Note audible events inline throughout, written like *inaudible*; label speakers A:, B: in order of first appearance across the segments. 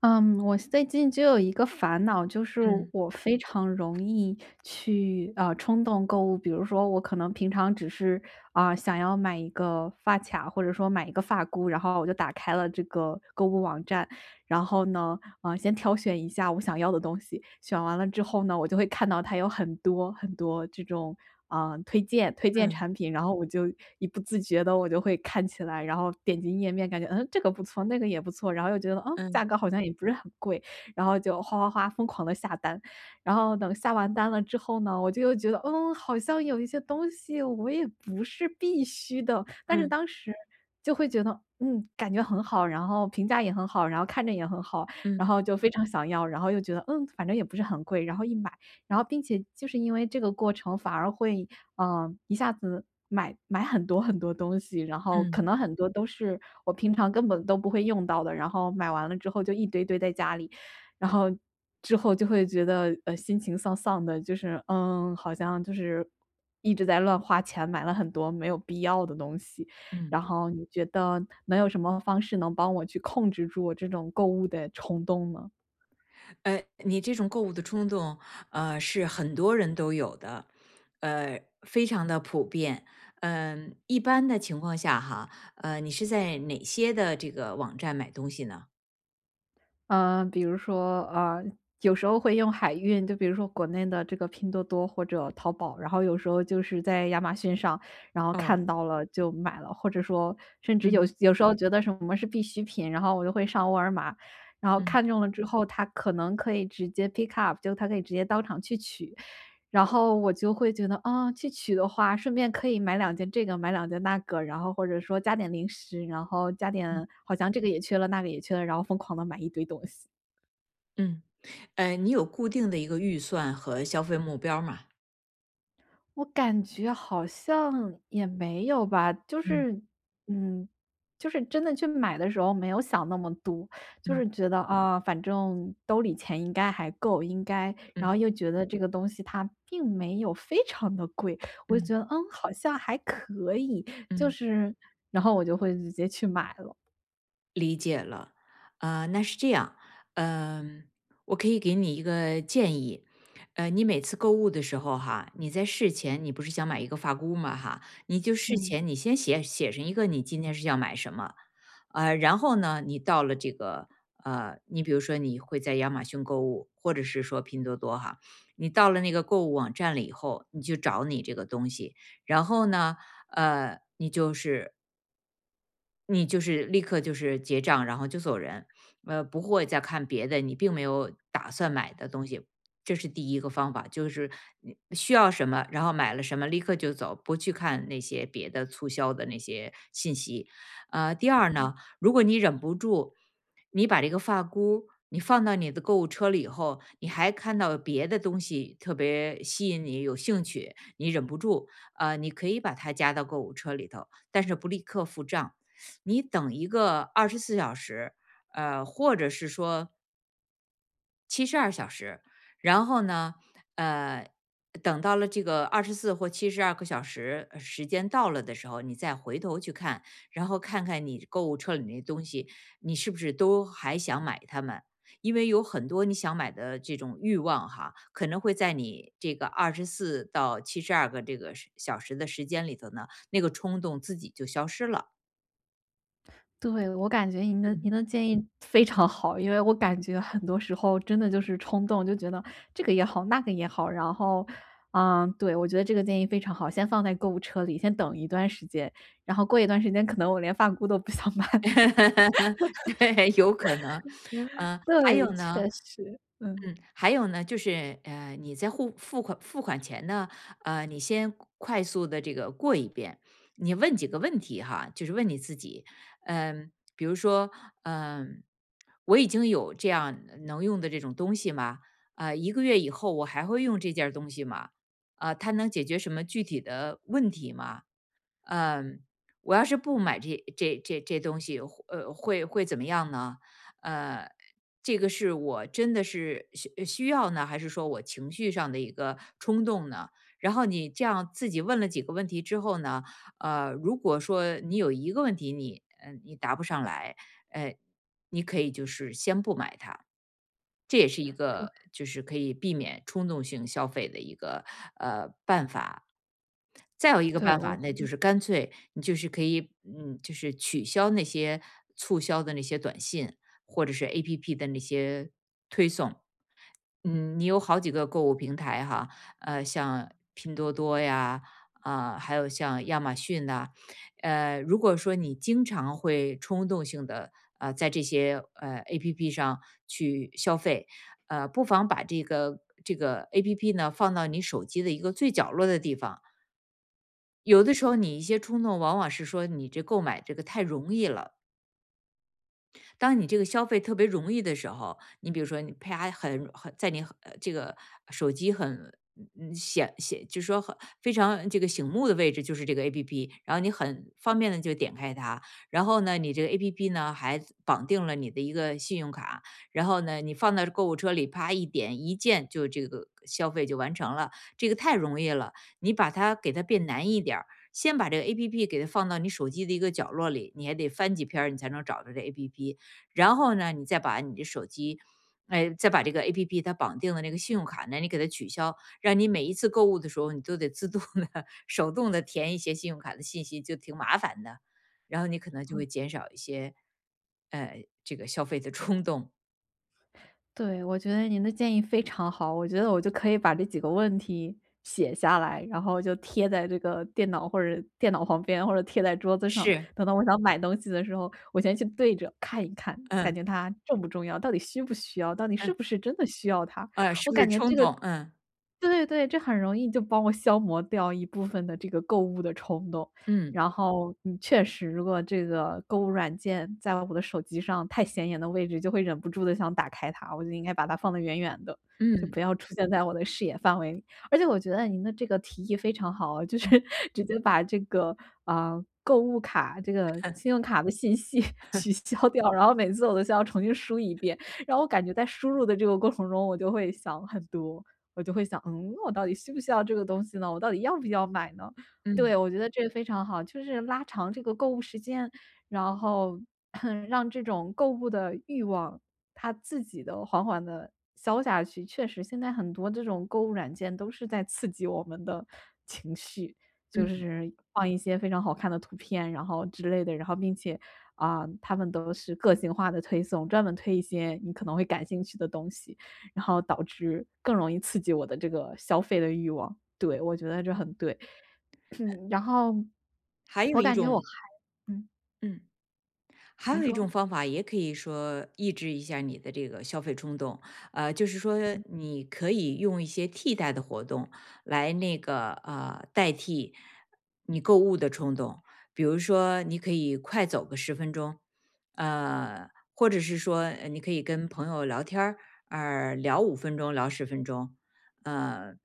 A: 嗯，我最近就有一个烦恼，就是
B: 嗯
A: 我非常容易去冲动购物。比如说，我可能平常只是想要买一个发卡，或者说买一个发箍，然后我就打开了这个购物网站，然后呢，先挑选一下我想要的东西，选完了之后呢，我就会看到它有很多很多这种，推荐
B: 嗯
A: 产品，然后我就一不自觉的我就会看起来，然后点进页面感觉，嗯，这个不错，那个也不错，然后又觉得，嗯，
B: 嗯
A: 价格好像也不是很贵，然后就哗哗哗疯狂的下单。然后等下完单了之后呢，我就又觉得，嗯，好像有一些东西我也不是必须的，但是
B: 嗯
A: 当时就会觉得，嗯，感觉很好，然后评价也很好，然后看着也很好，然
B: 嗯
A: 后就非常想要，然后又觉得，嗯，反正也不是很贵，然后一买，然后并且就是因为这个过程反而会，一下子买很多很多东西，然后可
B: 嗯
A: 能很多都是我平常根本都不会用到的，然后买完了之后就一堆堆在家里，然后之后就会觉得，心情丧丧的，就是，嗯，好像就是一直在乱花钱，买了很多没有必要的东西。然
B: 嗯，
A: 后你觉得能有什么方式能帮我去控制住我这种购物的冲动呢？
B: 你这种购物的冲动，是很多人都有的，非常的普遍。一般的情况下哈，你是在哪些的这个网站买东西呢？
A: 嗯，比如说，有时候会用海运，就比如说国内的这个拼多多或者淘宝，然后有时候就是在亚马逊上，然后
B: 哦，
A: 看到了就买了，或者说甚至有
B: 嗯
A: 有时候觉得什么是必需品，然后我就会上沃尔玛，然后
B: 嗯
A: 看中了之后，它可能可以直接 pick up，就它可以直接当场去取，然后我就会觉得，啊，去取的话，顺便可以买两件这个，买两件那个，然后或者说加点零食，然后加
B: 嗯
A: 点好像这个也缺了，那个也缺了，然后疯狂的买一堆东西。
B: 嗯，你有固定的一个预算和消费目标吗？
A: 我感觉好像也没有吧，就
B: 嗯
A: 是，嗯，就是真的去买的时候没有想那么多，就
B: 嗯
A: 是觉得啊，反正兜里钱应该还够，应该，然后
B: 嗯
A: 又觉得这个东西它并没有非常的贵，我就觉得
B: 嗯
A: 嗯，好像还可以，就
B: 嗯。
A: 是，然后我就会直接去买了，
B: 理解了，那是这样，嗯、我可以给你一个建议，你每次购物的时候哈，你在事前你不是想买一个发箍嘛哈，你就事
A: 嗯。
B: 前你先写上一个你今天是要买什么，然后呢，你到了这个你比如说你会在亚马逊购物，或者是说拼多多哈，你到了那个购物网站了以后，你就找你这个东西，然后呢，呃，你就是你就是立刻就是结账，然后就走人，不会再看别的你并没有打算买的东西，这是第一个方法，就是你需要什么，然后买了什么立刻就走，不去看那些别的促销的那些信息。第二呢，如果你忍不住，你把这个发箍。你放到你的购物车里以后，你还看到别的东西特别吸引你、有兴趣，你忍不住，你可以把它加到购物车里头，但是不立刻付账，你等一个二十四小时，或者是说七十二小时，然后呢，呃，等到了这个二十四或七十二个小时时间到了的时候，你再回头去看，然后看看你购物车里那东西，你是不是都还想买它们？因为有很多你想买的这种欲望哈，可能会在你这个二十四到七十二个这个时小时的时间里头呢，那个冲动自己就消失了。
A: 对，我感觉您的建议非常好，因为我感觉很多时候真的就是冲动，就觉得这个也好，那个也好，然后，嗯，对，我觉得这个建议非常好，先放在购物车里，先等一段时间，然后过一段时间可能我连发箍都不想 *laughs* 买了。*laughs*
B: *laughs* 哈，对，有可能。嗯，还
A: 对，
B: 有呢
A: 确实，嗯，
B: 嗯，还有呢，就是你在付款前呢，你先快速的这个过一遍，你问几个问题哈，就是问你自己，嗯，比如说，嗯，我已经有这样能用的这种东西吗？啊一个月以后我还会用这件儿东西吗？啊，它能解决什么具体的问题吗？嗯，我要是不买这东西，会怎么样呢？呃，这个是我真的是需要呢，还是说我情绪上的一个冲动呢？然后你这样自己问了几个问题之后呢，如果说你有一个问题你你答不上来，呃，你可以就是先不买它。这也是一
A: 对，
B: 个就是可以避免冲动性消费的一个办法。再有一个
A: 对，
B: 办法，那就是干脆你就是可以，嗯，就是取消那些促销的那些短信，或者是 A P P 的那些推送，嗯，你有好几个购物平台哈，像拼多多呀，还有像亚马逊呐、如果说你经常会冲动性的在这些A P P 上去消费，不妨把这个 A P P 呢放到你手机的一个最角落的地方。有的时候，你一些冲动往往是说你这购买这个太容易了，当你这个消费特别容易的时候，你比如说你啪很在你很这个手机很，就是说很非常这个醒目的位置就是这个 A P P，然后你很方便的就点开它，然后呢，你这个 A P P 呢还绑定了你的一个信用卡，然后呢，你放到购物车里，啪一点一键就这个消费就完成了，这个太容易了。你把它给它变难一点儿先把这个 A P P 给它放到你手机的一个角落里，你还得翻几篇儿你才能找到这 A P P。然后呢，你再把你的手机，哎，再把这个 APP 它绑定的那个信用卡呢，你给它取消，让你每一次购物的时候，你都得自动的、*laughs* 手动的填一些信用卡的信息，就挺麻烦的。然后你可能就会减少一些，这个消费的冲动 *laughs*。
A: 我觉得您的建议非常好，我觉得我就可以把这几个问题写下来，然后就贴在这个电脑或者电脑旁边，或者贴在桌子上，
B: 是，
A: 等到我想买东西的时候，我先去对着看一看，感
B: 嗯
A: 觉它重不重要，到底需不需要，到底是
B: 嗯，
A: 不是真的需要它。
B: 啊，
A: 我
B: 是不是
A: 感觉
B: 冲
A: 这个
B: 动？嗯
A: 对对对，这很容易就帮我消磨掉一部分的这个购物的冲动。
B: 嗯
A: 然后，嗯，确实如果这个购物软件在我的手机上太显眼的位置，就会忍不住的想打开它，我就应该把它放的远远的，就
B: 嗯
A: 不要出现在我的视野范围里。而且我觉得您的这个提议非常好啊就是
B: 嗯
A: *laughs* 直接把这个，啊，购物卡这个
B: 嗯
A: 信用卡的信息 *laughs* 取消掉，然后每次我都需要重新输一遍，然后我感觉在输入的这个过程中，我就会想很多，我就会想：“嗯，我到底需不需要这个东西呢？我到底要不要买呢？”
B: 嗯。
A: 对，我觉得这个非常好，就是拉长这个购物时间，然后 *clears throat* 让这种购物的欲望，它自己的缓缓的消下去。确实现在很多这种购物软件都是在刺激我们的 *laughs* 情绪，就
B: 嗯
A: 是放一些非常好看的图片，然后之类的，然后并且，啊，他们都是个性化的推送，专门推一些你可能会感兴趣的东西，然后导致更容易刺激我的这个消费的欲望。对，我觉得这很对。嗯，然后
B: 还有
A: 我
B: 一
A: 感觉我
B: 种，
A: 还嗯，
B: 嗯。还
A: 您
B: 有一种
A: 说。
B: 方法，也可以说抑制一下你的这个消费冲动，就是说你可以用一些替代的活动来那个代替你购物的冲动，比如说你可以快走个十分钟，呃，或者是说你可以跟朋友聊天儿，聊五分钟，聊十分钟，呃，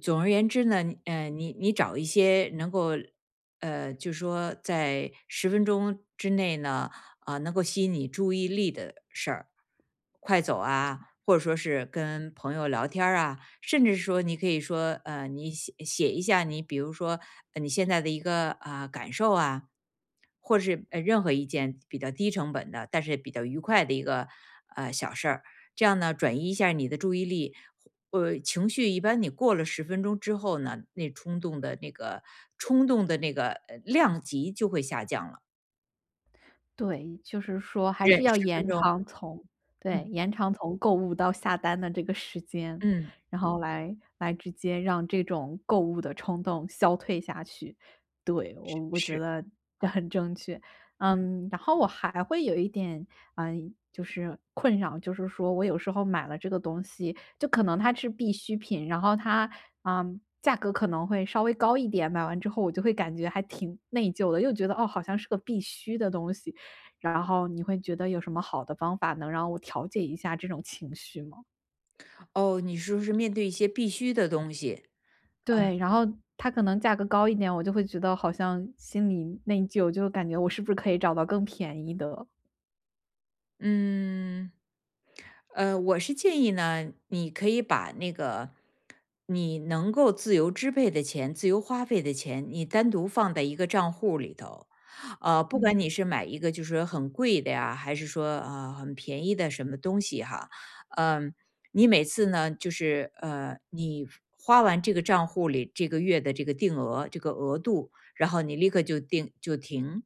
B: 总而言之呢，你找一些能够就说在十分钟之内呢，啊，能够吸引你注意力的事儿，快走啊，或者说是跟朋友聊天儿啊，甚至说你可以说，你写一下你，比如说、你现在的一个感受啊，或是任何一件比较低成本的，但是比较愉快的一个小事儿，这样呢转移一下你的注意力。情绪一般你过了十分钟之后呢，那冲动的那个量级就会下降了。
A: 对，就是说还
B: 忍
A: 是要
B: 十分
A: 延
B: 钟，
A: 长从对，
B: 嗯。
A: 延长从购物到下单的这个时间，
B: 嗯，
A: 然后来直接让这种购物的冲动消退下去。对，我觉
B: 是。
A: 得这很正确。嗯，然后我还会有一点，嗯，就是困扰，就是说我有时候买了这个东西，就可能它是必需品，然后它，嗯，价格可能会稍微高一点，买完之后我就会感觉还挺内疚的，又觉得哦，好像是个必须的东西，然后你会觉得有什么好的方法能让我调节一下这种情绪吗？
B: 哦，你说是面对一些必须的东西，
A: 对，然后它可能价格高一点，我就会觉得好像心里内疚，就感觉我是不是可以找到更便宜的？
B: 嗯，我是建议呢，你可以把那个你能够自由支配的钱、自由花费的钱，你单独放在一个账户里头。不管
A: 嗯
B: 你是买一个就是很贵的呀，还是说很便宜的什么东西哈，嗯、你每次呢就是你花完这个账户里这个月的这个定额这个额度，然后你立刻就定就停，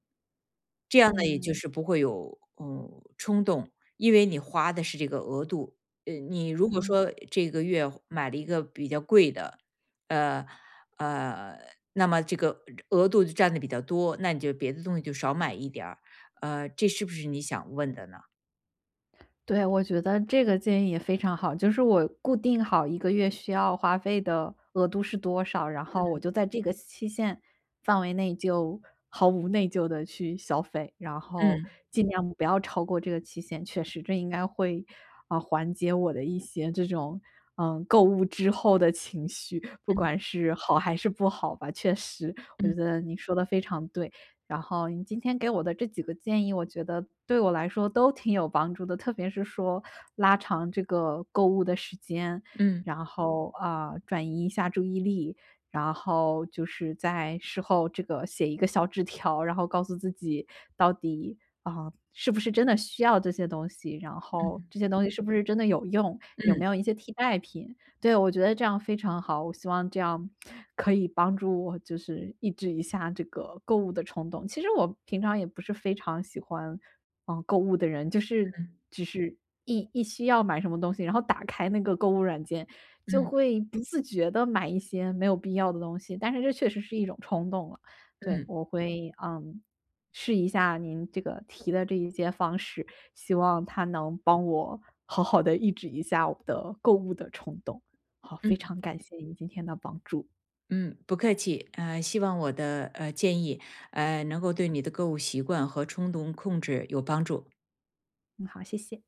B: 这样呢也就
A: 嗯
B: 是不会有冲动。因为你花的是这个额度。你如果
A: 嗯。
B: 说这个月买了一个比较贵的，呃呃，那么这个额度就占的比较多，那你就别的东西就少买一点儿。这是不是你想问的呢？
A: 对，我觉得这个建议也非常好，就是我固定好一个月需要花费的额度是多少，然后我就在这个期限范围内就毫无内疚的去消费，然后
B: 嗯
A: 尽量不要超过这个期限。确实这应该会缓解我的一些这种，嗯，购物之后的情绪，不管
B: 嗯
A: 是好还是不好吧，确实，我觉
B: 嗯
A: 得你说的非常对。然后你今天给我的这几个建议，我觉得对我来说都挺有帮助的，特别是说拉长这个购物的时间，
B: 嗯
A: 然后转移一下注意力，然后就是在事后这个写一个小纸条，然后告诉自己到底是不是真的需要这些东西，然后这些东西是不是真的有用，有没
B: 嗯
A: 有一些替代品。对，我觉得这样非常好，我希望这样可以帮助我就是抑制一下这个购物的冲动。其实我平常也不是非常喜欢，嗯，购物的人，就是只是一需要买什么东西，然后打开那个购物软件，就
B: 嗯
A: 会不自觉的买一些没有必要的东西，但是这确实是一种冲动了。对，
B: 嗯
A: 我会，嗯，试一下您这个提的这一些方式，希望它能帮我好好的抑制一下我的购物的冲动。好，非
B: 嗯
A: 常感谢您今天的帮助。
B: 嗯，不客气。希望我的建议，能够对你的购物习惯和冲动控制有帮助。
A: 嗯，好，谢谢。